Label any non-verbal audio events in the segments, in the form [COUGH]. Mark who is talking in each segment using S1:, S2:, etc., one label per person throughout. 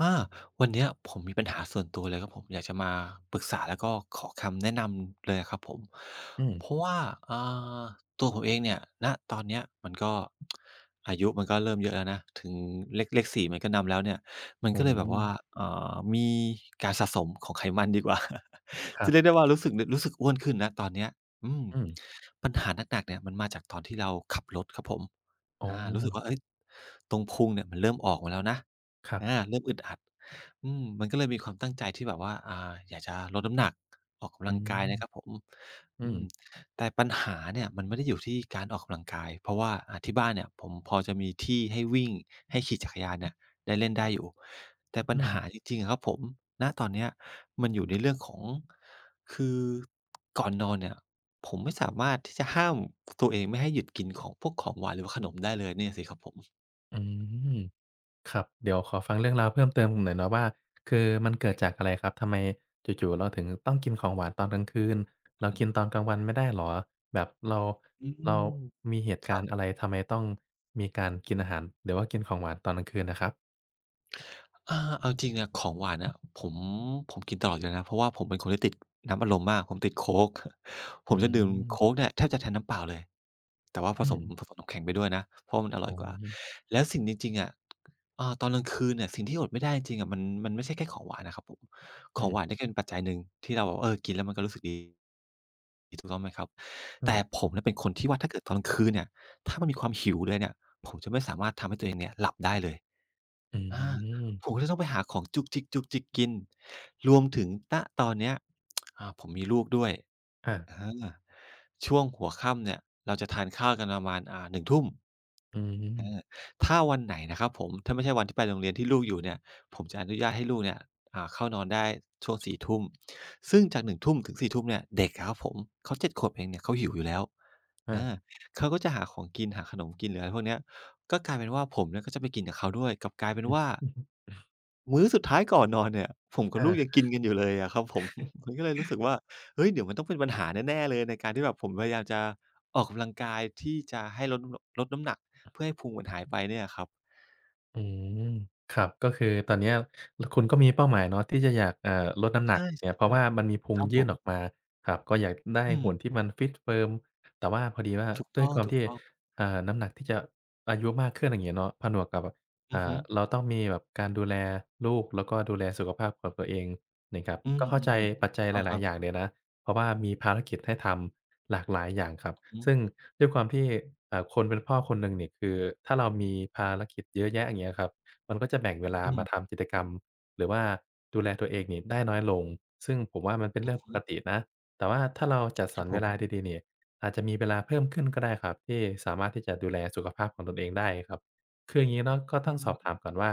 S1: อาวันเนี้ยผมมีปัญหาส่วนตัวเลยครับผมอยากจะมาปรึกษาแล้วก็ขอคำแนะนำเลยอะครับผม
S2: อืม
S1: เพราะว่าอ่าตัวผมเองเนี่ยณตอนเนี้ยมันก็อายุมันก็เริ่มเยอะแล้วนะถึงเลขสี่มันก็นำแล้วเนี่ยมัน
S2: อ๋
S1: ก็เลยแบบว่า
S2: อ
S1: อ่มีการสะสมของไขมันดีกว่า
S2: ค
S1: [LAUGHS]
S2: รั
S1: จะ
S2: บ
S1: เรียกได้ว่ารู้สึกอ้วนขึ้นณตอนเนี้ยอืม
S2: อืม
S1: ปัญหาหนักๆเนี่ยมันมาจากตอนที่เราขับรถครับผม
S2: อ๋อ
S1: รู้สึกว่าเฮ้ยตรงพุงเนี่ยมันเริ่มออกมาแล้วนะ
S2: ครับ
S1: เริ่มอึดอัดมันก็เลยมีความตั้งใจที่แบบว่าอยากจะลดน้ำหนักออกกำ
S2: อื
S1: ลังกาย
S2: ม
S1: นะครับผม
S2: อื
S1: อื
S2: ม
S1: มแต่ปัญหาเนี่ยมันไม่ได้อยู่ที่การออกกำลังกายเพราะว่าที่บ้านเนี่ยผมพอจะมีที่ให้วิ่งให้ขี่จักรยานเนี่ยได้เล่นได้อยู่แต่ปั
S2: อื
S1: ญ
S2: ม
S1: หาจริงๆอะครับผมณตอนเนี้ยมันอยู่ในเรื่องของคือก่อนนอนเนี่ยผมไม่สามารถที่จะห้ามตัวเองไม่ให้หยุดกินของพวกของหวานหรือว่าขนมได้เลยเนี่ยสิครับผม
S2: อืมครับเดี๋ยวขอฟังเรื่องราวเพิ่มเติมหน่อยเนาะว่าคือมันเกิดจากอะไรครับ ทำไมจู่ๆเราถึงต้องกินของหวานตอนกลางคืนเรากินตอนกลางวันไม่ได้เหรอแบบเรา
S1: อื
S2: เรา
S1: ม
S2: มีเหตุ
S1: ค
S2: กา
S1: รั
S2: รณ์อะ
S1: บ
S2: ไรทำไมต้องมีการกินอาหารหรือว่ากินของหวานตอนกลางคืนน่ะครับ
S1: เอาจริงนอะของหวานอะผมผมกินตลอดอยู่แล้วนะเพราะว่าผมเป็นคนที่ติดน้ำอัดลมมากผมติดโค้ก [LAUGHS] ผ
S2: อื
S1: มจะดื่มโค้ก
S2: ม
S1: เนี่ยแทบจะแทนน้ำเปล่าเลยแต่ว่าผ
S2: อื
S1: สม
S2: ม
S1: ผสมน้ำแข็งไปด้วยนะเพราะว่ามันอร่
S2: อ๋
S1: อ
S2: อ
S1: ยกว่าแล้วสิ่งจริงๆอะตอนกลางคืนเนี่ยสิ่งที่อดไม่ได้จริงๆอะมันไม่ใช่แค่ของหวานนะครับผมข
S2: อื
S1: อง
S2: ม
S1: หวานเนี่ย
S2: ๆ
S1: ก็เป็นปัจจัยหนึ่งที่เราแบบว่าเออกินแล้วมันก็รู้สึกดีถูกต้องไหมครับแต่ผมเนี่ยเป็นคนที่ว่าถ้าเกิดตอนกลางคืนเนี่ยถ้ามันมีความหิวเลยเนี่ยผมจะไม่สามารถทำให้ตัวเองเนี่ยหลับได้เลย
S2: อื
S1: อา
S2: ม
S1: ผมก็เลต้องไปหาของจุกจิกจุกจิกกินรวมถึงณตอนเนี้ยผมมีลูกด้วย
S2: อา
S1: อาช่วงหัวค่ำเนี่ยเราจะทานข้าวกันประมาณ19:00
S2: อืม
S1: อาถ้าวันไหนนะครับผมถ้าไม่ใช่วันที่ไปโรงเรียนที่ลูกอยู่เนี่ยผมจะอนุญาตให้ลูกเนี่ยเข้านอนได้ช่วงสี่ทุ่มซึ่งจาก1 ทุ่มถึง 4 ทุ่มเนี่ยเด็กอะครับผมเขา7 ขวบเองเนี่ยเขาหิวอยู่แล้ว
S2: อา
S1: อาเขาก็จะหาของกินหาขนมกินหรืออะไรพวกเนี้ยก็กลายเป็นว่าผมเนี่ยก็จะไปกินกับเขาด้วยกลับกลายเป็น
S2: อือ
S1: ว่า
S2: อือฮึ
S1: มื้อสุดท้ายก่อนนอนเนี่ยผมกับ
S2: อา
S1: ลูกยังกินกันอยู่เลยอะครับผม [LAUGHS] มันก็เลยรู้สึกว่าเฮ้ยเดี๋ยวมันต้องเป็นปัญหาแน่ๆเลยในการที่แบบผมพยายามจะออกกำลังกายที่จะให้ลดน้ำหนักเพื่อให้พุงมันหายไปเนี่ยครับ
S2: อืมครับก็คือตอนเนี้ยคุณก็มีเป้าหมายเนาะที่จะอยากลดน้ำหนัก
S1: ใช่
S2: เนี่
S1: ใช่
S2: ยเพราะ
S1: ใช่
S2: ว่ามันมีพุ
S1: ค
S2: ง
S1: รับผ
S2: ยื่น
S1: ม
S2: ออกมาครับก็อยากได้
S1: อืม
S2: หุ่นที่มันฟิตเฟิร์มแต่ว่าพอดีว่า
S1: ถูก
S2: ด้วย
S1: ต้อง
S2: ความที่
S1: ๆอง
S2: น้ำหนักที่จะอายุมากขึ้นอย่างงี้เนาะผนวกกับแบบ
S1: อือฮึ
S2: เราต้องมีแบบการดูแลลูกแล้วก็ดูแลสุขภาพของตัวเองนี่ครับ
S1: อืม
S2: ก็
S1: อืม
S2: เข้า
S1: อื
S2: ใจ
S1: ม
S2: ปัจ
S1: ถู
S2: จัย
S1: ก
S2: ห
S1: ต้องค
S2: ลา
S1: รั
S2: ยๆอย่าง
S1: บ
S2: เลยนะ เพราะว่ามีภารกิจให้ทำหลากหลายอย่างครับ
S1: อื
S2: ซึ่ง
S1: ม
S2: ด้วยความที่คนเป็นพ่อคนหนึ่งเนี่ยคือถ้าเรามีภารกิจเยอะแยะอย่างเงี้ยครับมันก็จะแบ่งเวลา
S1: อ
S2: มา
S1: ม
S2: ทำกิจกรรมหรือว่าดูแลตัวเองนี่ได้น้อยลงซึ่งผมว่ามันเป็นเรื่องปก
S1: อืม
S2: ตินะแต่ว่าถ้าเราจัด
S1: ค
S2: สร
S1: รั
S2: ร
S1: บผ
S2: เวลา
S1: ม
S2: ดีๆเนี่ยอาจจะมีเวลาเพิ่มขึ้นก็ได้ครับที่สามารถที่จะดูแลสุขภาพของตนเองได้ครับ คืออย่างงี้เนาะก็
S1: อื
S2: ต้องสอ
S1: ม
S2: บถามก่อนว่า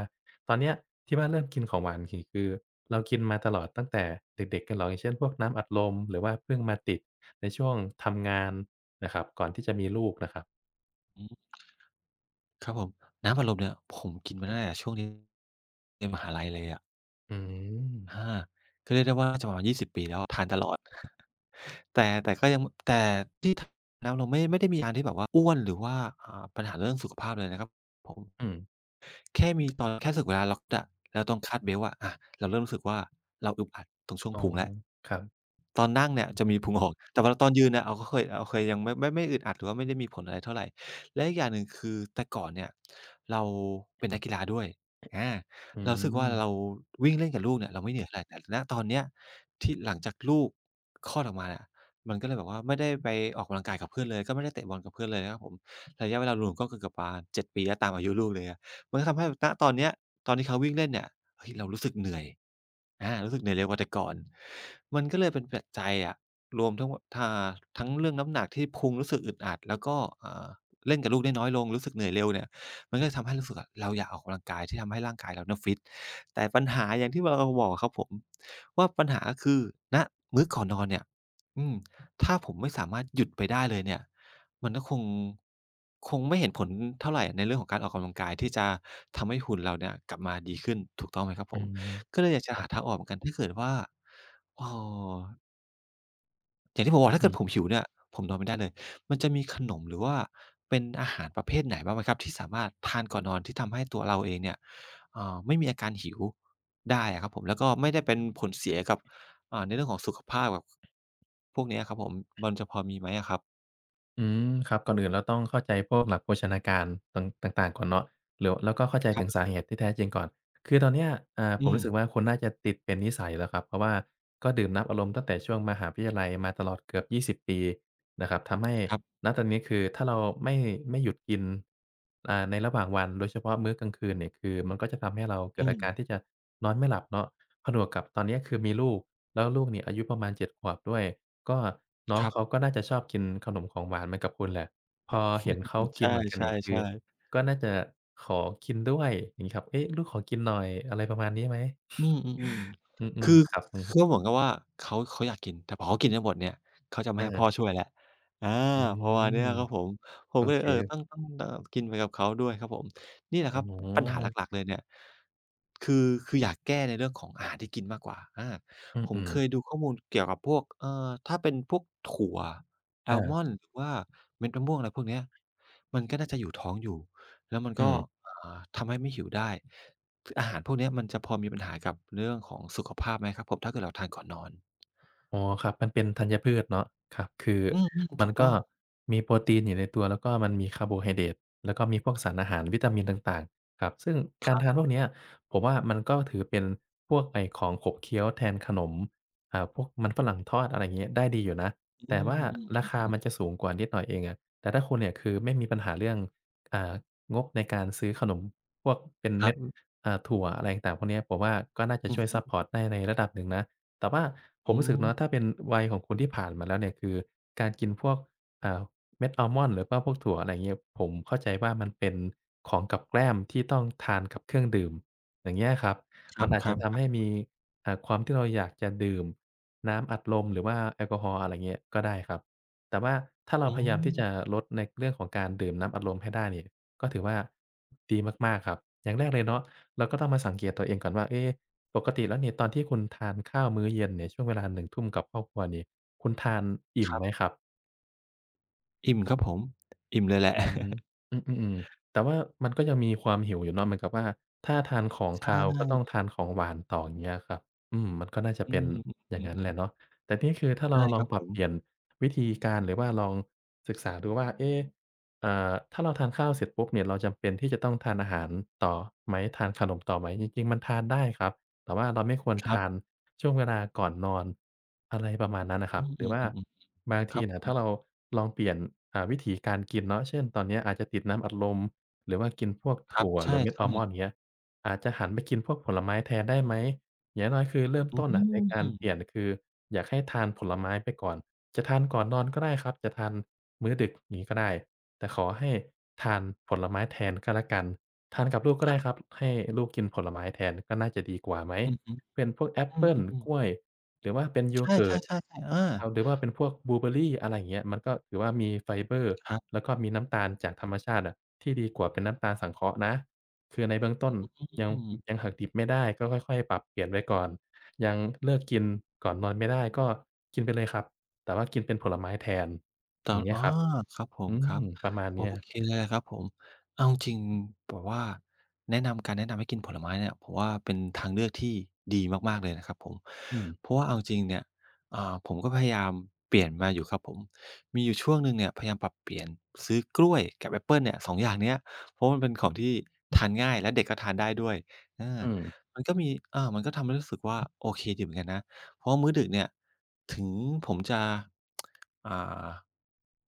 S2: ตอนเนี้ยที่บ้านเริ่มกินของหวานกี่คือเรากินมาตลอดตั้งแต่เด็กๆกันเหรออย่างเช่นพวกน้ำอัดลมหรือว่าเพิ่งมาติดในช่วงทำงานนะครับก่อนที่จะมีลูกนะครับ
S1: อืมครับผมน้ำอัดลมเนี่ยผมกินมาตั้งแต่ช่วงที่เรียนมหาลัยเลยอะ
S2: อื
S1: อา
S2: ม
S1: ก็เรียกได้ว่าจะประมาณ20ปีแล้วอะทานตลอด [LAUGHS] แต่ก็ยังแต่ที่ทแล้วเราไม่ได้มีอาการที่แบบว่าอ้วนหรือว่าปัญหาเรื่องสุขภาพเลยนะครับผม
S2: อืม
S1: แค่มีตอนแค่รู้สึกเวลาล็อกอะแล้วต้องคาดเบลต์อะเราเริ่มรู้สึกว่าเราอึดอัดตรงช่วง
S2: อ๋อ
S1: พุงแล้ว
S2: ครับ
S1: ตอนนั่งเนี่ย
S2: อือ
S1: จะ
S2: ฮึ
S1: มีพุงออกแต่เวลาตอนยืนเนี่ยเราเคยยังไม่อึดอัดหรือว่าไม่ได้มีผลอะไรเท่าไรและอีกอย่างหนึ่งคือแต่ก่อนเนี่ยเราเป็นนักกีฬาด้วยอา
S2: อื
S1: เรารู้สึกว่า
S2: ม
S1: เราวิ่งเล่นกับลูกเนี่ยเราไม่เหนื่อยเท่าไรแต่ณตอนเนี้ยที่หลังจากลูกคลอดออกมาเนี่ยมันก็เลยแบบว่าไม่ได้ไปออกกำลังกายกับเพื่อนเลยก็ไม่ได้เตะบอลกับเพื่อนเลยนะครับผมระยะเวลารวมก็เกือบๆปา7 ปีแล้วตามอายุลูกเลยอะ มันก็ทำให้ณตอนเนี้ยตอนที่เขาวิ่งเล่นเนี่ยเฮ้ยเรารู้สึกเหนื่อยรู้สึกเหนื่อยเร็วกว่าแต่ก่อนมันก็เลยเป็นปัจจัยอะรวมทั้งวทาทั้งเรื่องน้ำหนักที่พุงรู้สึกอึดอัดแล้วก็อ่าเล่นกับลูกได้น้อยลงรู้สึกเหนื่อยเร็วเนี่ยมันก็เลยทำให้รู้สึกอะเราอยากออกกำลังกายที่ทำให้ร่างกายเราเนี่ยฟิตแต่ปัญหาอย่างที่วเราบอกอะครับผมว่าปัญหาก็คือณมื้อก่อนนอนเนี่ยอืมถ้าผมไม่สามารถหยุดไปได้เลยเนี่ย มันก็คงไม่เห็นผลเท่าไรในเรื่องของการออกกำลังกายที่จะทำให้หุ่นเราเนี่ยกลับมาดีขึ้นถูกต้องไหมครับผ
S2: อื
S1: ม
S2: ม
S1: ก็เลยอยาก
S2: ค
S1: จะ
S2: รั
S1: หา
S2: บ
S1: ทางออกเหมือนกันถ้าเกิดว่าเอ่ออย่างที่ผมบอก
S2: อื
S1: ถ้าเกิดผ
S2: ม
S1: มหิวเนี่ยผมนอนไม่ได้เลยมันจะมีขนมหรือว่าเป็นอาหารประเภทไหนบ้างไหมครับที่สามารถทานก่อนนอนที่ทำให้ตัวเราเองเนี่ยไม่มีอาการหิวได้อะครับผมแล้วก็ไม่ได้เป็นผลเสียกับในเรื่องของสุขภาพแบบพวกเนี้ยครับผมมันจะพอมีไหมอะครับ
S2: อืมครับก่อนอื่นเราต้องเข้าใจพวกหลักโภชนาการต่างต่างๆก่อนเนาะหรือแล้วก็เข้าใจ
S1: ค
S2: ถึ
S1: รั
S2: ง
S1: บ
S2: สาเหตุที่แท้จริงก่อนคือตอนเนี้ยผ
S1: อื
S2: ม
S1: ม
S2: รู้สึกว่าคุณน่าจะติดเป็นนิสัยแล้วครับเพราะว่าก็ดื่มน้ำอัดลมตั้งแต่ช่วงมหาวิทยาลัยมาตลอดเกือบ20ปีนะครับทำให้
S1: ครับ
S2: ณตอนนี้คือถ้าเราไม่ไม่หยุดกินในระหว่างวันโดยเฉพาะมื้อกลางคืนเนี่ยคือมันก็จะทำให้เราเกิด
S1: อื
S2: อา
S1: ม
S2: การที่จะนอนไม่หลับเนาะผนวกกับตอนเนี้ยคือมีลูกแล้วลูกเนี่ยอายุประมาณเจ็ดขวบด้วย ก็น้อ
S1: ค
S2: ง
S1: รับ
S2: เขาก็น่าจะชอบกินขนมของหวานเหมือนกับคุณแหละพอเห็น
S1: อื
S2: เขา
S1: มใช
S2: กินเหมือนกันเนี่ยคือ
S1: ่ๆๆ
S2: ก็น่าจะขอกินด้วยอย่างงี้ครับเอ๊ะลูกขอกินหน่อยอะไรประมาณนี้ไหม
S1: อืมๆ
S2: อื
S1: ๆ
S2: ม
S1: คือ
S2: ๆครับอืม
S1: เหมือนกับว่าเขาอยากกินแต่พอเขากินจนหมดเนี่ยเขาจะไม่
S2: อา
S1: ให้พ่อช่วยแล้วอา
S2: อื
S1: ประมาณเนี้
S2: ม
S1: ยครับผมผม
S2: โอ
S1: ก็เล
S2: เค
S1: ยเออต้องกินไปกับเขาด้วยครับผมนี่แหละ
S2: อ๋
S1: ครับปัญหาห
S2: อ
S1: ลักๆเลยเนี่ยคืออยากแก้ในเรื่องของอาหารที่กินมากกว่าอา
S2: อื
S1: ผม
S2: ม
S1: เค
S2: ๆ
S1: ยดูข้อมูลเกี่ยวกับพวกถ้าเป็นพวกถั่วอั
S2: อา
S1: ลมอนด์หรือว่าเม็ดมะม่วงอะไรพวกเนี้ยมันก็น่าจะอยู่ท้องอยู่แล้วมัน
S2: อื
S1: ก็
S2: ม
S1: อ่ทำให้ไม่หิวได้ คืออาหารพวกเนี้ยมันจะพอมีปัญหากับเรื่องของสุขภาพไหมครับผมถ้าเกิดเราทานก่อนนอน
S2: อ๋อครับมันเป็นธัญพืชเนาะครับคือ
S1: อืมๆ
S2: มั
S1: ถู
S2: น
S1: กต้
S2: ก็
S1: อง
S2: มีโปรตีนอยู่ในตัวแล้วก็มันมีคาร์โบไฮเดรตแล้วก็มีพวกสารอาหารวิตามินต่างๆครับซึ่ง
S1: ค
S2: การ
S1: รั
S2: ทานพ
S1: บ
S2: วกเนี้ยผมว่ามันก็ถือเป็นพวกไอ้ของขบเคี้ยวแทนขนมพวกมันฝรั่งทอดอะไรอย่างเงี้ยได้ดีอยู่นะ
S1: อื
S2: แต่ว่ารา
S1: ม
S2: คามันจะสูงกว่านิดหน่อยเองอะแต่ถ้าคุณเนี่ยคือไม่มีปัญหาเรื่องอ่างบในการซื้อขนมพวกเป็น
S1: ๆครั
S2: เม็
S1: บ
S2: ดถั่วอะไรต่างๆพวกเนี้ยผมว่าก็น่าจะ
S1: อื
S2: ช่วย
S1: อ
S2: ซัปพอร์ตได้ในระดับหนึ่งนะ แต่ว่าผม
S1: อื
S2: รู้สึก
S1: ม
S2: เนาะถ้าเป็นวัยของคุณที่ผ่านมาแล้วเนี่ยคือการกินพวกอ่าเม็ดอัลมอนด์หรือว่าพวกถั่วอะไรอย่างเงี้ยผมเข้าใจว่ามันเป็นของกับแกล้มที่ต้องทานกับเครื่องดื่มอย่างเงี้ยครับมันอาจ
S1: ค
S2: จะ
S1: รับๆๆ
S2: ทำให้มีความที่เราอยากจะดื่มน้ำอัดลมหรือว่าแอลกอฮอล์อะไรเงี้ยก็ได้ครับแต่ว่าถ้าเรา
S1: อื
S2: พยายามที่จะ
S1: ม
S2: ลดในเรื่องของการดื่มน้ำอัดลมให้ได้เนี่ยก็ถือว่าดีมากๆครับอย่างแรกเลยเนาะเราก็ต้องมาสังเกตตัวเองก่อนว่าเอ๊ะ ปกติแล้วเนี่ยตอนที่คุณทานข้าวมื้อเย็นเนี่ยช่วงเวลาหนึ่งทุ่มกับครอบครัวนี่คุณทานอิ่
S1: ค
S2: ม
S1: รั
S2: ไหม
S1: บ
S2: ครับ
S1: อิ่มครับผมอิ่มเลยแหละ
S2: อืมอืมๆๆแต่ว่ามันก็ยังมีความหิวอยู่เนาะเหมือนกับว่าถ้าทานของ
S1: ใช่
S2: คาวก็ต้องทานของหวานต่ออย่างเงี้ยครับอืมมันก็น่าจะ
S1: อื
S2: เป็น
S1: ม
S2: อย่า
S1: อื
S2: งงั้นแห
S1: อ
S2: ละ
S1: ๆ
S2: เนาะแต่นี่คือถ้า
S1: ๆ
S2: เรา
S1: ใช่
S2: ล
S1: ค
S2: อง
S1: รับ
S2: ปรั
S1: ผ
S2: บ
S1: ม
S2: เปลี่ยนวิธีการหรือว่าลองศึกษาดูว่าเอ๊ะถ้าเราทานข้าวเสร็จปุ๊บเนี่ยเราจำเป็นที่จะต้องทานอาหารต่อไหมทานขนมต่อไหมจริงๆมันทานได้ครับ แต่ว่าเราไม่ควร
S1: ครั
S2: ทาน
S1: บ
S2: ช่วงเวลาก่อนนอนอะไรประมาณนั้นน่ะค
S1: อื
S2: รับหรือว่า
S1: มๆ
S2: บา
S1: ๆ
S2: ง
S1: ๆค
S2: ที
S1: รับ
S2: น่ะถ้าเราลองเปลี่ยนวิถีการกินเนาะเช่นตอนเนี้ยอาจจะติดน้ำอัดลมหรือว่ากินพวก
S1: ครับ
S2: ถั่วห
S1: ใช่
S2: รือเม็ดอัลมอนด์อ
S1: ๆ
S2: ย่างเงี้ยอาจจะหันไปกินพวกผลไม้แทนได้ไหมอย่างน้อยๆคือเริ่ม
S1: อืม
S2: ต้นน่ะใน
S1: อือ
S2: การ
S1: ฮึ
S2: เปลี่ยนคืออยากให้ทานผลไม้ไปก่อนจะทานก่อนนอนก็ได้ครับจะทานมื้อดึกอย่างงี้ก็ได้แต่ขอให้ทานผลไม้แทนก็แล้วกัน ทานกับลูกก็ได้ครับให้ลูกกินผลไม้แทนก็น่าจะดีกว่าไหม
S1: อื
S2: เป็นพวกแอป
S1: อ
S2: เปิล
S1: ๆ
S2: ก
S1: ๆ
S2: ล้วยหรือว่าเป็นโย
S1: ใช่
S2: เกิร์ต
S1: ๆๆๆอา
S2: เอาหรือว่าเป็นพวกบลูเบอร์รีอะไรอย่างเงี้ยมันก็ถือว่ามีไฟเบอร์
S1: ครับ
S2: แล้วก็มีน้ำตาลจากธรรมชาติอะที่ดีกว่าเป็นน้ำตาลสังเคราะห์นะคือในเบื้องต้นยัง
S1: อืม
S2: ยังหักดิบไม่ได้ก็ค่อยๆปรับเปลี่ยนไว้ก่อนยังเลิกกินก่อนนอนไม่ได้ก็กินไปเลยครับแต่ว่ากินเป็นผลไม้แทน
S1: ต
S2: อ
S1: อ
S2: ย่า
S1: น
S2: งเงี้ย
S1: อ๋อ
S2: ครับ
S1: ครับผม
S2: อื
S1: ครับ
S2: ประมาณ
S1: โอ
S2: เนี้ย
S1: เคเลยครับผมเอาจริงๆแบบว่าแนะนำการแนะนำให้กินผลไม้เนี่ยผมว่าเป็นทางเลือกที่ดีมากๆเลยนะครับผม
S2: อืม
S1: เพราะว่าเอาจริงเนี่ยผมก็พยายามเปลี่ยนมาอยู่ครับผมมีอยู่ช่วงหนึ่งเนี่ยพยายามปรับเปลี่ยนซื้อกล้วยกับแอปเปิลเนี่ยสองอย่างเนี้ยเพราะมันเป็นของที่ทานง่ายและเด็กก็ทานได้ด้วยอา
S2: อืม
S1: มันก็มีอามันก็ทำให้รู้สึกว่าโอเคดีเหมือนกันนะ เพราะมื้อดึกเนี่ยถึงผมจะอ่า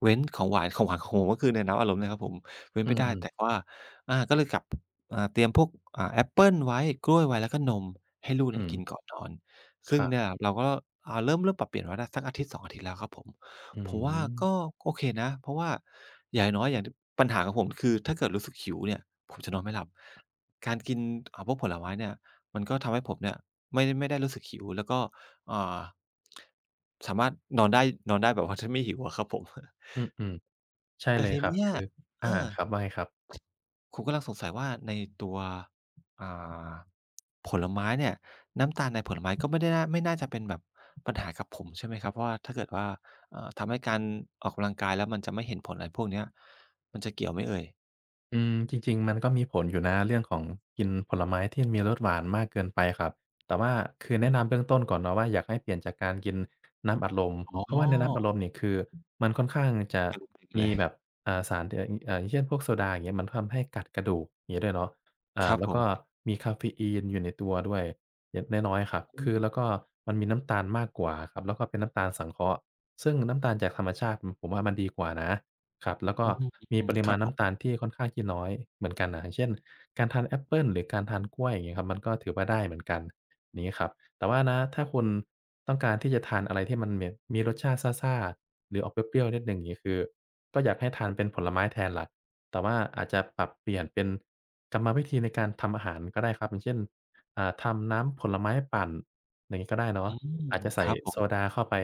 S1: เว้นของหวาน [LAUGHS] ของหวานของผมก็คือในน้ำอัดลมเนี่ยครับผมเว้น
S2: อื
S1: ไปได้
S2: อๆ
S1: แต่ว่าอาก็เลยกลับเตรียมพวกแอปเปิลไว้กล้วยไว้แล้วก็นมให้ลูกเนี่
S2: อื
S1: ย
S2: ม
S1: กินก่อนนอน
S2: ค
S1: ซึ่ง
S2: รั
S1: เนี่ย
S2: บ
S1: เราก็เริ่มปรับเปลี่ยนมาได้สักอาทิตย์2องอาทิตย์แล้วครับผม
S2: อื
S1: ผม
S2: ม
S1: ว่าก็โอเคนะเพราะว่าอย่างน้อยอย่างดปัญหาของผมคือถ้าเกิดรู้สึกหิวเนี่ยผมจะนอนไม่หลับการกินพวกผลไม้เนี่ยมันก็ทำให้ผมเนี่ยไม่ได้รู้สึกหิวแล้วก็ อ่าสามารถนอนได้นอนได้แบบว่า [LAUGHS] ถ้าไม่หิวอะครับผม [LAUGHS]
S2: อืมๆใช่
S1: แต่
S2: เลย
S1: ที
S2: ครับ
S1: เนี้ย
S2: คือ
S1: เอ
S2: อา
S1: อ
S2: ครับว่าไงครับ
S1: ผมกำลังสงสัยว่าในตัวอ่าผลไม้เนี่ยน้ำตาลในผลไม้ก็ไม่ได้น่าไม่น่าจะเป็นแบบปัญหากับผมใช่ไหมครับเพราะว่าถ้าเกิดว่าทำให้การออกกำลังกายแล้วมันจะไม่เห็นผลอะไรพวกเนี้ยมันจะเกี่ยวไหมเอ่ย
S2: อืมจริงๆมันก็มีผลอยู่นะเรื่องของกินผลไม้ที่มีรสหวานมากเกินไปครับแต่ว่า
S1: อื
S2: คื
S1: อ
S2: อ
S1: ฮึ
S2: แนะนำเบื้องต้นก่อนเนาะว่าอยากให้เปลี่ยนจากการกินน้ำอัดลม
S1: อ๋อ
S2: เพราะว่าในน้ำอัดลมเนี่ยคือมันค่อนข้างจะ
S1: [LAUGHS] ติดเล
S2: มี
S1: ย
S2: แบบสารอย่างเช่นพวกโซดาอย่างเงี้ยมันทำให้กัดกระดูกอย่างงี้ด้วยเนาะ
S1: ครับ
S2: แล้
S1: ผ
S2: วก็
S1: ม
S2: มีกาเฟอีนอยู่ในตัวด้วยเล็กน้อยๆครับ
S1: อื
S2: คือแล้
S1: ม
S2: วก็มันมีน้ำตาลมากกว่าครับแล้วก็เป็นน้ำตาลสังเคราะห์ซึ่งน้ำตาลจากธรรมชาติผมว่ามันดีกว่านะ ครับแล้วก็
S1: อื
S2: มีป
S1: ม
S2: ริ
S1: ๆค
S2: มา
S1: รั
S2: ณ
S1: บผ
S2: น้ำตา
S1: ม
S2: ลที่ค่อนข้างที่น้อยเหมือนกันน่ะอย่างเช่นการทานแอปเปิลหรือการทานกล้วยอย่างเงี้ยครับมันก็ถือว่าได้เหมือนกันอย่างงี้ครับแต่ว่านะถ้าคุณต้องการที่จะทานอะไรที่มันเมดมีรสชาติซ่าๆหรือออกเปรี้ยวๆนิดหนึ่งอย่างงี้คือก็อยากให้ทานเป็นผลไม้แทนล่ะแต่ว่าอาจจะปรับเปลี่ยนเป็นกรรมวิธีในการทำอาหารก็ได้ครับอย่างเช่นทำน้ำผลไม้ปั่นอย่างงี้ก็ได้เนาะ
S1: อืม
S2: อาจจะ
S1: ค
S2: ใส่
S1: รับผ
S2: โซ
S1: ม
S2: ดาเข้าไป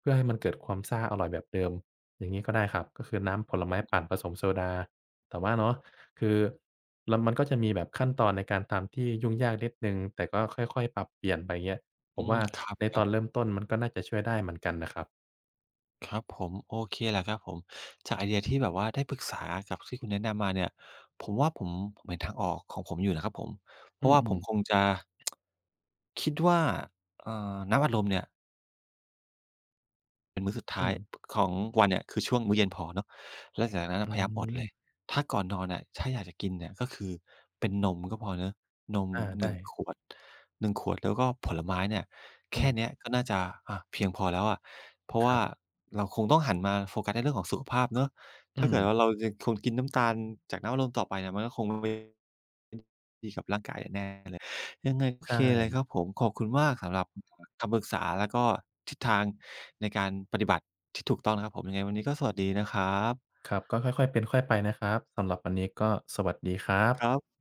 S2: เพื่อให้มันเกิดความซ่าอร่อยแบบเดิม อย่างนี้ก็ได้ครับก็คือน้ำผลไม้ปั่นผสมโซดาแต่ว่าเนาะคือแล้วมันก็จะมีแบบขั้นตอนในการทำที่ยุ่งยากนิดหนึ่งแต่ก็ค่อยๆปรับเปลี่ยนไปเงี้ยผม
S1: อื
S2: ว่า
S1: มคร
S2: ในต
S1: ั
S2: อ
S1: บ
S2: น
S1: ๆ
S2: เริ่มต้นมันก็น่าจะช่วยได้เหมือนกันนะครับ
S1: ครับผมโอเคแหละครับผมจากไอเดียที่แบบว่าได้ปรึกษากับที่คุณแนะนำมาเนี่ยผมว่าผมเห็นทางออกของผมอยู่นะครับผมเพ
S2: อื
S1: ราะว่าผม
S2: มๆ
S1: คงจะคิดว่าน้ำอัดลมเนี่ย เป็นมื้อสุดท้า
S2: อื
S1: ย
S2: ม
S1: ของวันเนี่ยคือช่วงมื้อเย็นพอเนาะแล้วหลังจากนั้นอะ
S2: อื
S1: พยายามอดเลย
S2: ม
S1: ถ้าก่อนนอนน่ะถ้าอยากจะกินเนี่ยก็คือเป็นนมก็พอเนาะนม
S2: อา
S1: หนึ่
S2: ได้
S1: งขวดหนึ่งขวดแล้วก็ผลไม้เนี่ย
S2: อื
S1: แค่
S2: ม
S1: เนี้ยก็น่าจะอะเพียงพอแล้วอะเพราะ
S2: ครั
S1: ว่า
S2: บ
S1: เราคงต้องหันมาโฟกัสในเรื่องของสุขภาพเนาะ
S2: อื
S1: ถ้า
S2: ม
S1: เกิดว่าเรายังคงกินน้ำตาลจากน้ำอัดลมต่อไปเนี่ยมันก็คงไม่ดีกับร่างกายแน่ ยังไงโอ
S2: ใช่
S1: เคเลยครับผมขอบคุณมากสำหรับคำปรึกษาแล้วก็ทิศทางในการปฏิบัติที่ถูกต้องนะครับผมยังไงวันนี้ก็สวัสดีนะครับ
S2: ครับก็ค่อยๆเป็นค่อยไปนะครับสำหรับวันนี้ก็สวัสดีครั
S1: ครั
S2: บ
S1: บ